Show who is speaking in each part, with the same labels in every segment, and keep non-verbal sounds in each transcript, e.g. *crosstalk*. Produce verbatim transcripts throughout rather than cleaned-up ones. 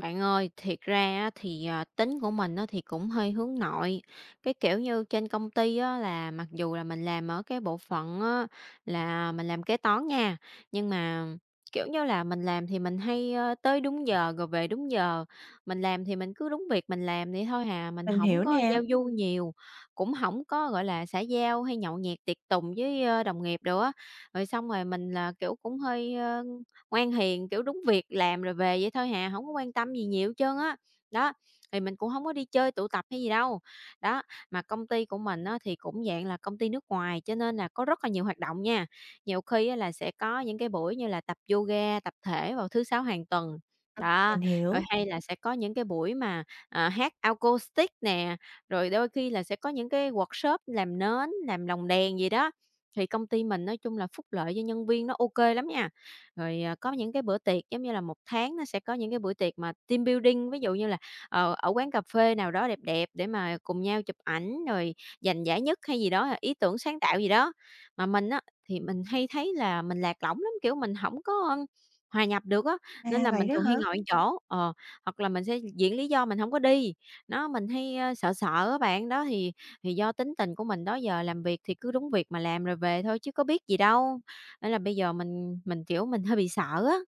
Speaker 1: Bạn ơi, thiệt ra á thì, à, tính của mình á thì cũng hơi hướng nội. Cái, kiểu như, trên công ty á là mặc dù là mình làm ở cái bộ phận á là mình làm kế toán nha, nhưng mà, kiểu như là, mình làm thì mình hay, ơ, tới đúng giờ rồi về đúng giờ. Mình làm thì mình cứ đúng việc mình làm vậy thôi hà, mình
Speaker 2: Mình
Speaker 1: không
Speaker 2: hiểu
Speaker 1: có
Speaker 2: nè,
Speaker 1: giao du nhiều, cũng không có, gọi là, xã giao hay nhậu nhẹt tiệc tùng với, ơ, đồng nghiệp đồ á. Rồi xong rồi mình là, kiểu, cũng hơi, ngoan hiền, kiểu, đúng việc làm rồi về vậy thôi hà, không có quan tâm gì nhiều hết trơn á. Đó, thì mình cũng không có đi chơi tụ tập hay gì đâu. Đó, mà công ty của mình á thì cũng dạng là công ty nước ngoài, cho nên là có rất là nhiều hoạt động nha. Nhiều khi á là sẽ có những cái buổi như là tập yoga tập thể vào thứ Sáu hàng tuần, đó,
Speaker 2: mình
Speaker 1: rồi
Speaker 2: hiểu.
Speaker 1: hay là sẽ có những cái buổi mà, à, hát acoustic nè, rồi đôi khi là sẽ có những cái workshop làm nến, làm lồng đèn gì đó. Thì công ty mình nói chung là phúc lợi cho nhân viên nó ok lắm nha. Rồi, à, có những cái bữa tiệc giống như là một tháng nó sẽ có những cái buổi tiệc mà team building, ví dụ như là, ờ, ở quán cà phê nào đó đẹp đẹp để mà cùng nhau chụp ảnh rồi giành giải nhất hay gì đó, ý tưởng sáng tạo gì đó. Mà mình á, thì mình hay thấy là mình lạc lõng lắm, kiểu, mình không có, ưm, hòa nhập được á,
Speaker 2: À,
Speaker 1: nên là
Speaker 2: vậy
Speaker 1: mình
Speaker 2: đó
Speaker 1: thường
Speaker 2: hả?
Speaker 1: hay ngồi một chỗ, ờ, hoặc là mình sẽ diễn lý do mình không có đi. Nó, mình hay, ơ, sợ sợ các bạn, đó thì thì do tính tình của mình đó giờ làm việc thì cứ đúng việc mà làm rồi về thôi chứ có biết gì đâu. Nên là bây giờ mình mình, kiểu, mình hơi bị sợ á.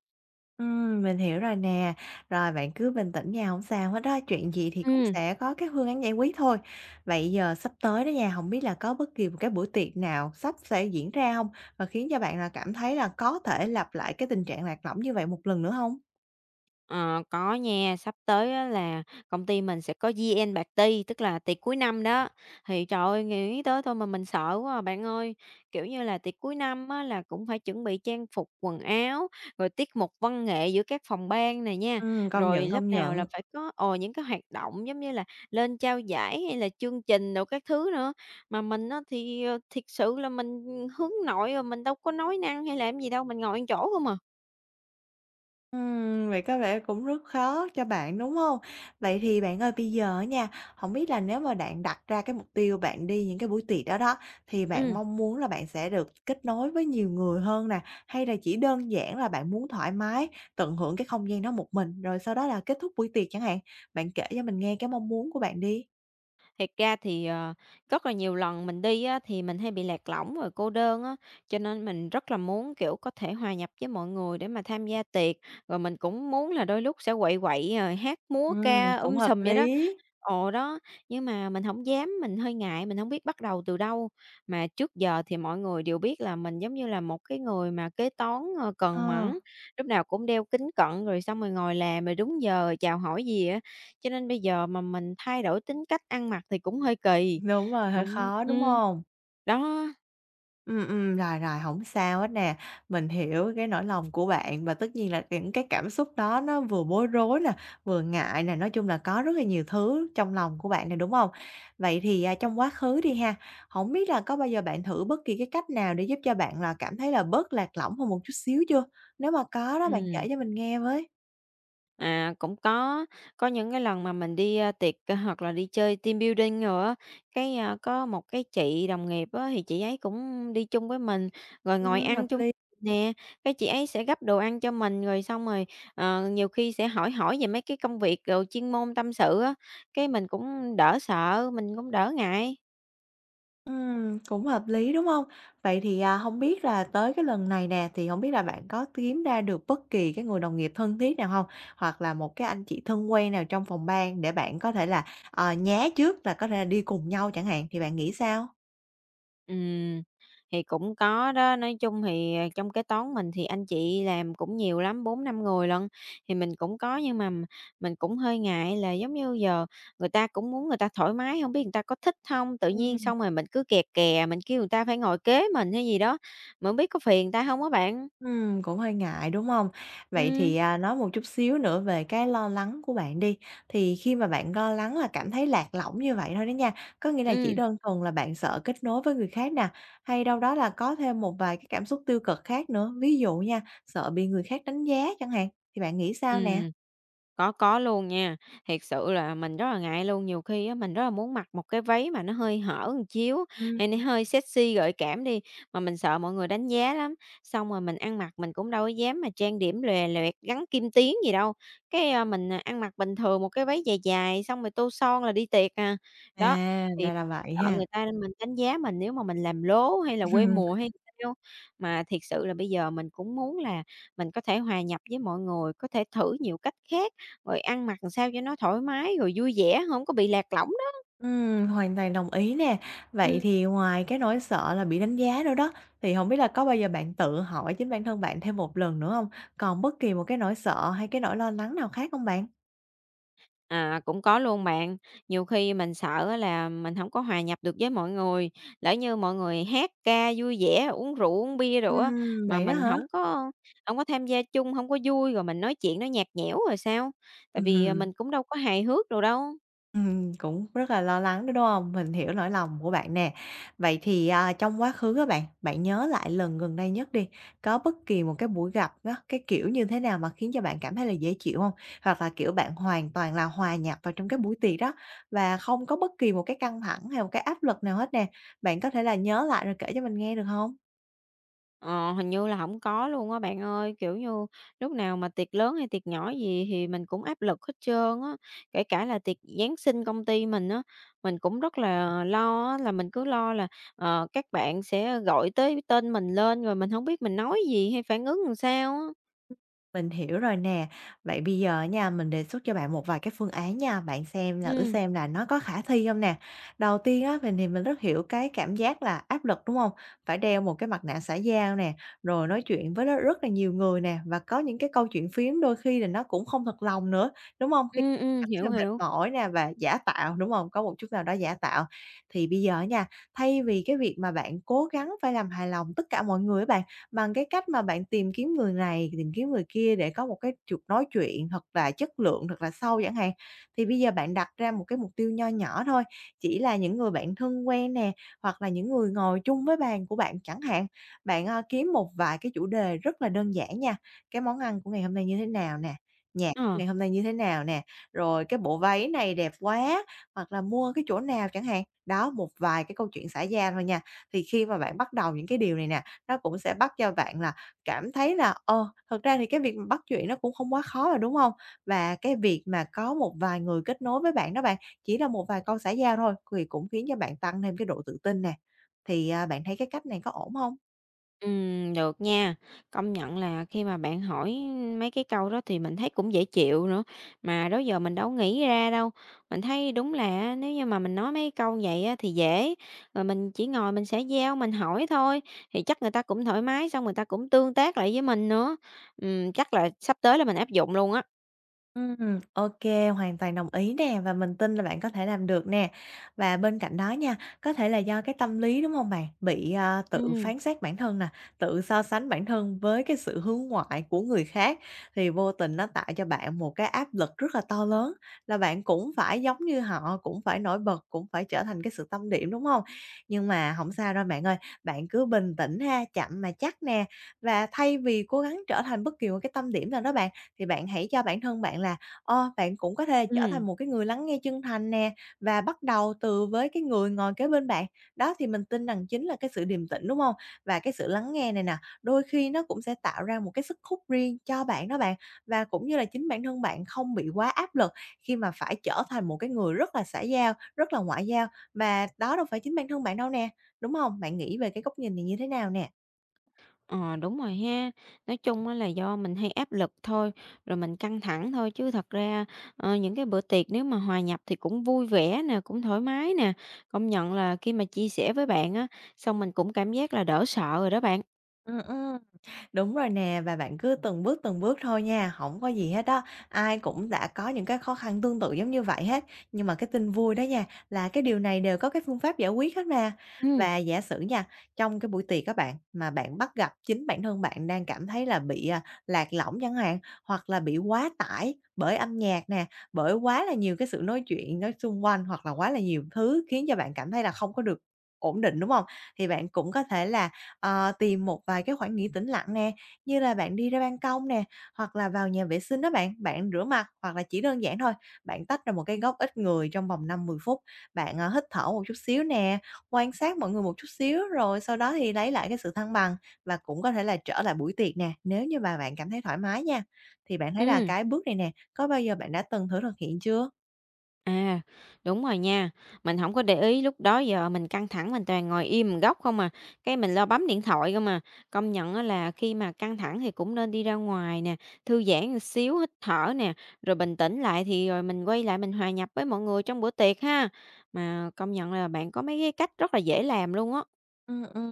Speaker 2: Ừm, mình hiểu rồi nè. Rồi bạn cứ bình tĩnh nha, không sao hết đó. Chuyện gì thì cũng
Speaker 1: Ừm.
Speaker 2: sẽ có cái phương án giải quyết thôi. Vậy giờ sắp tới đó nha, không biết là có bất kỳ một cái buổi tiệc nào sắp sẽ diễn ra không? Và khiến cho bạn là cảm thấy là có thể lặp lại cái tình trạng lạc lõng như vậy một lần nữa không?
Speaker 1: Ờ, có nha, sắp tới á là công ty mình sẽ có year-end party, tức là tiệc cuối năm đó. Thì trời ơi, nghĩ tới thôi mà mình sợ quá à, bạn ơi. Kiểu như là tiệc cuối năm á, là cũng phải chuẩn bị trang phục, quần áo, rồi tiết mục văn nghệ giữa các phòng ban này nha.
Speaker 2: Ừm, công
Speaker 1: Rồi
Speaker 2: nhận,
Speaker 1: lớp
Speaker 2: công
Speaker 1: nào
Speaker 2: nhận.
Speaker 1: là phải có ồ những cái hoạt động giống như là lên trao giải hay là chương trình đồ các thứ nữa. Mà mình á, thì ờ, thiệt sự là mình ừ, hướng nội rồi mình đâu có nói năng hay làm gì đâu, mình ngồi ăn chỗ không à.
Speaker 2: Ừm, vậy có vẻ cũng rất khó cho bạn, đúng không? Vậy thì bạn ơi, bây giờ á nha, không biết là nếu mà bạn đặt ra cái mục tiêu bạn đi những cái buổi tiệc đó đó, thì bạn
Speaker 1: Ừ.
Speaker 2: mong muốn là bạn sẽ được kết nối với nhiều người hơn nè, hay là chỉ đơn giản là bạn muốn thoải mái, tận hưởng cái không gian đó một mình, rồi sau đó là kết thúc buổi tiệc chẳng hạn? Bạn kể cho mình nghe cái mong muốn của bạn đi.
Speaker 1: Thiệt ra thì, ờ, rất là nhiều lần mình đi á, thì mình hay bị lạc lõng rồi cô đơn á, cho nên mình rất là muốn, kiểu, có thể hòa nhập với mọi người để mà tham gia tiệc. Rồi mình cũng muốn là đôi lúc sẽ quậy quậy, rồi hát múa
Speaker 2: Ừm,
Speaker 1: ca
Speaker 2: cũng
Speaker 1: um
Speaker 2: hợp
Speaker 1: sùm vậy đó.
Speaker 2: lý.
Speaker 1: Ồ, đó, nhưng mà mình không dám, mình hơi ngại, mình không biết bắt đầu từ đâu. Mà trước giờ thì mọi người đều biết là mình giống như là một cái người mà kế toán, ờ,
Speaker 2: Ờ,
Speaker 1: cần mẫn, lúc nào cũng đeo kính cận rồi xong rồi ngồi làm rồi đúng giờ, chào hỏi gì á, cho nên bây giờ mà mình thay đổi tính cách ăn mặc thì cũng hơi kỳ.
Speaker 2: đúng rồi, hơi
Speaker 1: Ừm,
Speaker 2: khó, đúng
Speaker 1: ừm,
Speaker 2: không?
Speaker 1: đó,
Speaker 2: Ừm, ừm, rồi, rồi, không sao hết nè. Mình hiểu cái nỗi lòng của bạn và tất nhiên là những cái cảm xúc đó nó vừa bối rối nè, vừa ngại nè, nói chung là có rất là nhiều thứ trong lòng của bạn này, đúng không? Vậy thì, à, trong quá khứ đi ha, không biết là có bao giờ bạn thử bất kỳ cái cách nào để giúp cho bạn là cảm thấy là bớt lạc lõng hơn một chút xíu chưa? Nếu mà có đó, bạn kể
Speaker 1: ừm.
Speaker 2: cho mình nghe với.
Speaker 1: À, cũng có, có những cái lần mà mình đi, a, tiệc, a, hoặc là đi chơi team building đồ á, cái, a, có một cái chị đồng nghiệp á, thì chị ấy cũng đi chung với mình, rồi ngồi
Speaker 2: Ừm, hợp
Speaker 1: ăn chung
Speaker 2: lý.
Speaker 1: nè, cái chị ấy sẽ gấp đồ ăn cho mình, rồi xong rồi, ờ, nhiều khi sẽ hỏi hỏi về mấy cái công việc rồi chuyên môn tâm sự á, cái mình cũng đỡ sợ, mình cũng đỡ ngại.
Speaker 2: Ừm, cũng hợp lý, đúng không? Vậy thì, à, hông biết là tới cái lần này nè, thì không biết là bạn có kiếm ra được bất kỳ cái người đồng nghiệp thân thiết nào không? Hoặc là một cái anh chị thân quen nào trong phòng ban để bạn có thể là, ờ, nhá trước là có thể là đi cùng nhau chẳng hạn, thì bạn nghĩ sao?
Speaker 1: Ừm, thì cũng có đó, nói chung thì, ờ, trong kế toán mình thì anh chị làm cũng nhiều lắm, bốn năm người lận, thì mình cũng có nhưng mà m- mình cũng hơi ngại là giống như giờ người ta cũng muốn người ta thoải mái, không biết người ta có thích không? Tự nhiên
Speaker 2: Ừm.
Speaker 1: xong rồi mình cứ kè kè, mình kêu người ta phải ngồi kế mình hay gì đó, mà hổng biết có phiền người ta không á bạn?
Speaker 2: Ừm, cũng hơi ngại, đúng không? Vậy thì,
Speaker 1: Ừm,
Speaker 2: à, nói một chút xíu nữa về cái lo lắng của bạn đi. Thì khi mà bạn lo lắng là cảm thấy lạc lõng như vậy thôi đó nha, có nghĩa là chỉ
Speaker 1: ừm,
Speaker 2: đơn thuần là bạn sợ kết nối với người khác nè, hay đâu đó là có thêm một vài cái cảm xúc tiêu cực khác nữa, ví dụ nha, sợ bị người khác đánh giá chẳng hạn, thì bạn nghĩ sao nè?
Speaker 1: ừm. Có, có luôn nha. Thiệt sự là mình rất là ngại luôn, nhiều khi á mình rất là muốn mặc một cái váy mà nó hơi hở một xíu,
Speaker 2: Ừm,
Speaker 1: hay nó hơi sexy, gợi cảm đi, mà mình sợ mọi người đánh giá lắm. Xong rồi mình ăn mặc mình cũng đâu có dám mà trang điểm lòe loẹt, gắn kim tuyến gì đâu. Cái, a, mình, à, ăn mặc bình thường một cái váy dài dài, xong rồi tô son là đi tiệc à.
Speaker 2: à,
Speaker 1: Đó, thì
Speaker 2: ra là vậy
Speaker 1: sợ
Speaker 2: ha.
Speaker 1: người ta mình đánh giá mình nếu mà mình làm lố hay là quê
Speaker 2: *laughs*
Speaker 1: mùa hay sao. Mà thiệt sự là bây giờ mình cũng muốn là mình có thể hòa nhập với mọi người, có thể thử nhiều cách khác. Rồi ăn mặc làm sao cho nó thoải mái, rồi vui vẻ, không có bị lạc lõng đó.
Speaker 2: Ừm, hoàn toàn đồng ý nè. Vậy
Speaker 1: Ừm.
Speaker 2: thì ngoài cái nỗi sợ là bị đánh giá nữa đó, thì không biết là có bao giờ bạn tự hỏi chính bản thân bạn thêm một lần nữa không? Còn bất kỳ một cái nỗi sợ hay cái nỗi lo lắng nào khác không bạn?
Speaker 1: À, cũng có luôn bạn, nhiều khi mình sợ á là mình không có hòa nhập được với mọi người, lỡ như mọi người hát ca vui vẻ, uống rượu, uống bia rồi á,
Speaker 2: Ừm,
Speaker 1: mà
Speaker 2: vậy đó
Speaker 1: mình
Speaker 2: hả?
Speaker 1: không có không có tham gia chung, không có vui, rồi mình nói chuyện nó nhạt nhẽo rồi sao? Tại vì, à,
Speaker 2: Ừm.
Speaker 1: mình cũng đâu có hài hước đâu đâu.
Speaker 2: Ừm, cũng rất là lo lắng đó, đúng không? Mình hiểu nỗi lòng của bạn nè. Vậy thì, à, trong quá khứ các bạn, bạn nhớ lại lần gần đây nhất đi, có bất kỳ một cái buổi gặp á, cái kiểu như thế nào mà khiến cho bạn cảm thấy là dễ chịu không? Hoặc là, kiểu, bạn hoàn toàn là hòa nhập vào trong cái buổi tiệc đó và không có bất kỳ một cái căng thẳng hay một cái áp lực nào hết nè. Bạn có thể là nhớ lại rồi kể cho mình nghe được không?
Speaker 1: Ờ, hình như là hổng có luôn á bạn ơi, kiểu như, lúc nào mà tiệc lớn hay tiệc nhỏ gì thì mình cũng áp lực hết trơn á, kể cả là tiệc Giáng sinh công ty mình á, mình cũng rất là lo á, là mình cứ lo là, ờ, các bạn sẽ gọi tới tên mình lên rồi mình hổng biết mình nói gì hay phản ứng làm sao á.
Speaker 2: Mình hiểu rồi nè. Vậy bây giờ nha, mình đề xuất cho bạn một vài cái phương án nha, bạn xem là thử
Speaker 1: Ừm.
Speaker 2: xem là nó có khả thi không nè. Đầu tiên á, mình thì mình rất hiểu cái cảm giác là áp lực, đúng không? Phải đeo một cái mặt nạ xã giao nè, rồi nói chuyện với rất rất là nhiều người nè, và có những cái câu chuyện phiếm đôi khi là nó cũng không thật lòng nữa, đúng không? Khi
Speaker 1: Ừm, ừm,
Speaker 2: cảm thấy
Speaker 1: hiểu,
Speaker 2: là mệt
Speaker 1: hiểu.
Speaker 2: mỏi nè và giả tạo, đúng không? Có một chút nào đó giả tạo. Thì bây giờ nha, thay vì cái việc mà bạn cố gắng phải làm hài lòng tất cả mọi người á bạn, bằng cái cách mà bạn tìm kiếm người này, tìm kiếm người kia để có một cái chuộc nói chuyện thật là chất lượng, thật là sâu chẳng hạn. Thì bây giờ bạn đặt ra một cái mục tiêu nho nhỏ thôi, chỉ là những người bạn thân quen nè, hoặc là những người ngồi chung với bàn của bạn chẳng hạn. Bạn, ơ, kiếm một vài cái chủ đề rất là đơn giản nha, cái món ăn của ngày hôm nay như thế nào nè, nhạc của
Speaker 1: Ờ.
Speaker 2: ngày hôm nay như thế nào nè, rồi cái bộ váy này đẹp quá, hoặc là mua cái chỗ nào chẳng hạn. Đó, một vài cái câu chuyện xã giao thôi nha. Thì khi mà bạn bắt đầu những cái điều này nè, nó cũng sẽ bắt cho bạn là cảm thấy là, ờ, thật ra thì cái việc mà bắt chuyện nó cũng không quá khó rồi, đúng không? Và cái việc mà có một vài người kết nối với bạn đó bạn, chỉ là một vài câu xã giao thôi, thì cũng khiến cho bạn tăng thêm cái độ tự tin nè. Thì, à, bạn thấy cái cách này có ổn không?
Speaker 1: Ừm, được nha. Công nhận là khi mà bạn hỏi mấy cái câu đó thì mình thấy cũng dễ chịu nữa, mà đó giờ mình đâu nghĩ ra đâu. Mình thấy đúng là nếu như mà mình nói mấy câu vậy á thì dễ, rồi mình chỉ ngồi mình sẽ giao, mình hỏi thôi, thì chắc người ta cũng thoải mái, xong người ta cũng tương tác lại với mình nữa. Ừm, chắc là sắp tới là mình áp dụng luôn á.
Speaker 2: Ừm, ok, hoàn toàn đồng ý nè, và mình tin là bạn có thể làm được nè. Và bên cạnh đó nha, có thể là do cái tâm lý, đúng không bạn? Bị, à, tự
Speaker 1: Ừm,
Speaker 2: phán xét bản thân nè, tự so sánh bản thân với cái sự hướng ngoại của người khác, thì vô tình nó tạo cho bạn một cái áp lực rất là to lớn, là bạn cũng phải giống như họ, cũng phải nổi bật, cũng phải trở thành cái sự tâm điểm, đúng không? Nhưng mà không sao đâu bạn ơi, bạn cứ bình tĩnh ha, chậm mà chắc nè. Và thay vì cố gắng trở thành bất kỳ một cái tâm điểm nào đó bạn, thì bạn hãy cho bản thân bạn là, ờ, bạn cũng có thể trở
Speaker 1: ừm.
Speaker 2: thành một cái người lắng nghe chân thành nè, và bắt đầu từ với cái người ngồi kế bên bạn. Đó, thì mình tin rằng chính là cái sự điềm tĩnh, đúng không? Và cái sự lắng nghe này nè, đôi khi nó cũng sẽ tạo ra một cái sức hút riêng cho bạn đó bạn, và cũng như là chính bản thân bạn không bị quá áp lực khi mà phải trở thành một cái người rất là xã giao, rất là ngoại giao, và đó đâu phải chính bản thân bạn đâu nè, đúng không? Bạn nghĩ về cái góc nhìn này như thế nào nè?
Speaker 1: Ờ, đúng rồi ha. Nói chung á là do mình hay áp lực thôi, rồi mình căng thẳng thôi chứ thật ra, ờ, những cái bữa tiệc nếu mà hòa nhập thì cũng vui vẻ nè, cũng thoải mái nè. Công nhận là khi mà chia sẻ với bạn á, xong mình cũng cảm giác là đỡ sợ rồi đó bạn.
Speaker 2: Ừm, ừm. Đúng rồi nè, và bạn cứ từng bước, từng bước thôi nha, không có gì hết đó. Ai cũng đã có những cái khó khăn tương tự giống như vậy hết, nhưng mà cái tin vui đó nha, là cái điều này đều có cái phương pháp giải quyết hết mà.
Speaker 1: Ừ.
Speaker 2: Và giả sử nha, trong cái buổi tiệc các bạn, mà bạn bắt gặp chính bản thân bạn đang cảm thấy là bị, à, lạc lõng chẳng hạn, hoặc là bị quá tải bởi âm nhạc nè, bởi quá là nhiều cái sự nói chuyện nói xung quanh, hoặc là quá là nhiều thứ khiến cho bạn cảm thấy là không có được ổn định, đúng không? Thì bạn cũng có thể là Ờ, tìm một vài cái khoảng nghỉ tĩnh lặng nè, như là bạn đi ra ban công nè, hoặc là vào nhà vệ sinh đó bạn, bạn rửa mặt, hoặc là chỉ đơn giản thôi, bạn tách ra một cái góc ít người trong vòng năm mười phút, bạn, ờ, hít thở một chút xíu nè, quan sát mọi người một chút xíu, rồi sau đó thì lấy lại cái sự thăng bằng và cũng có thể là trở lại buổi tiệc nè, nếu như mà bạn cảm thấy thoải mái nha. Thì bạn thấy là
Speaker 1: Ừ.
Speaker 2: cái bước này nè, có bao giờ bạn đã từng thử thực hiện chưa?
Speaker 1: À, đúng rồi nha. Mình không có để ý lúc đó giờ mình căng thẳng mình toàn ngồi im một góc không à, cái mình lo bấm điện thoại cơ mà. Công nhận á là khi mà căng thẳng thì cũng nên đi ra ngoài nè, thư giãn một xíu, hít thở nè, rồi bình tĩnh lại thì rồi mình quay lại mình hòa nhập với mọi người trong bữa tiệc ha. Mà công nhận là bạn có mấy cái cách rất là dễ làm luôn á.
Speaker 2: Ừm, ừm.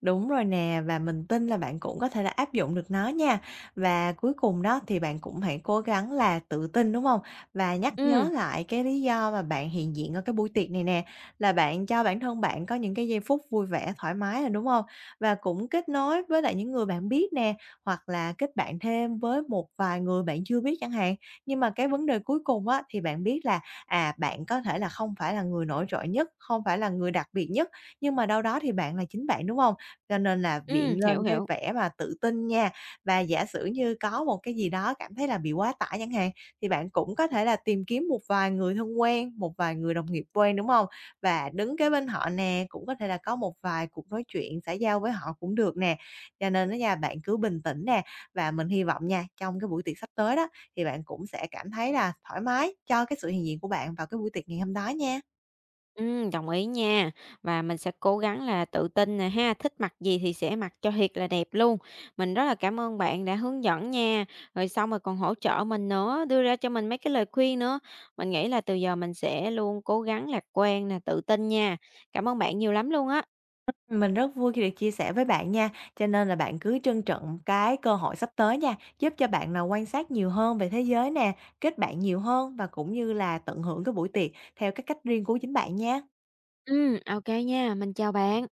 Speaker 2: Đúng rồi nè, và mình tin là bạn cũng có thể là áp dụng được nó nha. Và cuối cùng đó thì bạn cũng hãy cố gắng là tự tin, đúng không? Và nhắc nhớ
Speaker 1: Ừm,
Speaker 2: lại cái lý do mà bạn hiện diện ở cái buổi tiệc này nè, là bạn cho bản thân bạn có những cái giây phút vui vẻ, thoải mái nè, đúng không? Và cũng kết nối với lại những người bạn biết nè, hoặc là kết bạn thêm với một vài người bạn chưa biết chẳng hạn. Nhưng mà cái vấn đề cuối cùng á, thì bạn biết là, à, bạn có thể là không phải là người nổi trội nhất, không phải là người đặc biệt nhất, nhưng mà đâu đó thì bạn là chính bạn, đúng không? Cho nên là
Speaker 1: ừm,
Speaker 2: viện
Speaker 1: hiểu,
Speaker 2: lên cái
Speaker 1: hiểu.
Speaker 2: vẻ mà tự tin nha. Và giả sử như có một cái gì đó cảm thấy là bị quá tải chẳng hạn, thì bạn cũng có thể là tìm kiếm một vài người thân quen, một vài người đồng nghiệp quen, đúng không? Và đứng kế bên họ nè, cũng có thể là có một vài cuộc nói chuyện xã giao với họ cũng được nè. Cho nên á nha, bạn cứ bình tĩnh nè, và mình hy vọng nha, trong cái buổi tiệc sắp tới đó, thì bạn cũng sẽ cảm thấy là thoải mái cho cái sự hiện diện của bạn vào cái buổi tiệc ngày hôm đó nha.
Speaker 1: Ừm, đồng ý nha. Và mình sẽ cố gắng là tự tin nè ha, thích mặc gì thì sẽ mặc cho thiệt là đẹp luôn. Mình rất là cảm ơn bạn đã hướng dẫn nha, rồi xong rồi còn hỗ trợ mình nữa, đưa ra cho mình mấy cái lời khuyên nữa. Mình nghĩ là từ giờ mình sẽ luôn cố gắng lạc quan nè, tự tin nha. Cảm ơn bạn nhiều lắm luôn á.
Speaker 2: Mình rất vui khi được chia sẻ với bạn nha, cho nên là bạn cứ trân trọng cái cơ hội sắp tới nha, giúp cho bạn là quan sát nhiều hơn về thế giới nè, kết bạn nhiều hơn và cũng như là tận hưởng cái buổi tiệc theo cái cách riêng của chính bạn nha.
Speaker 1: Ừ, ok nha, mình chào bạn.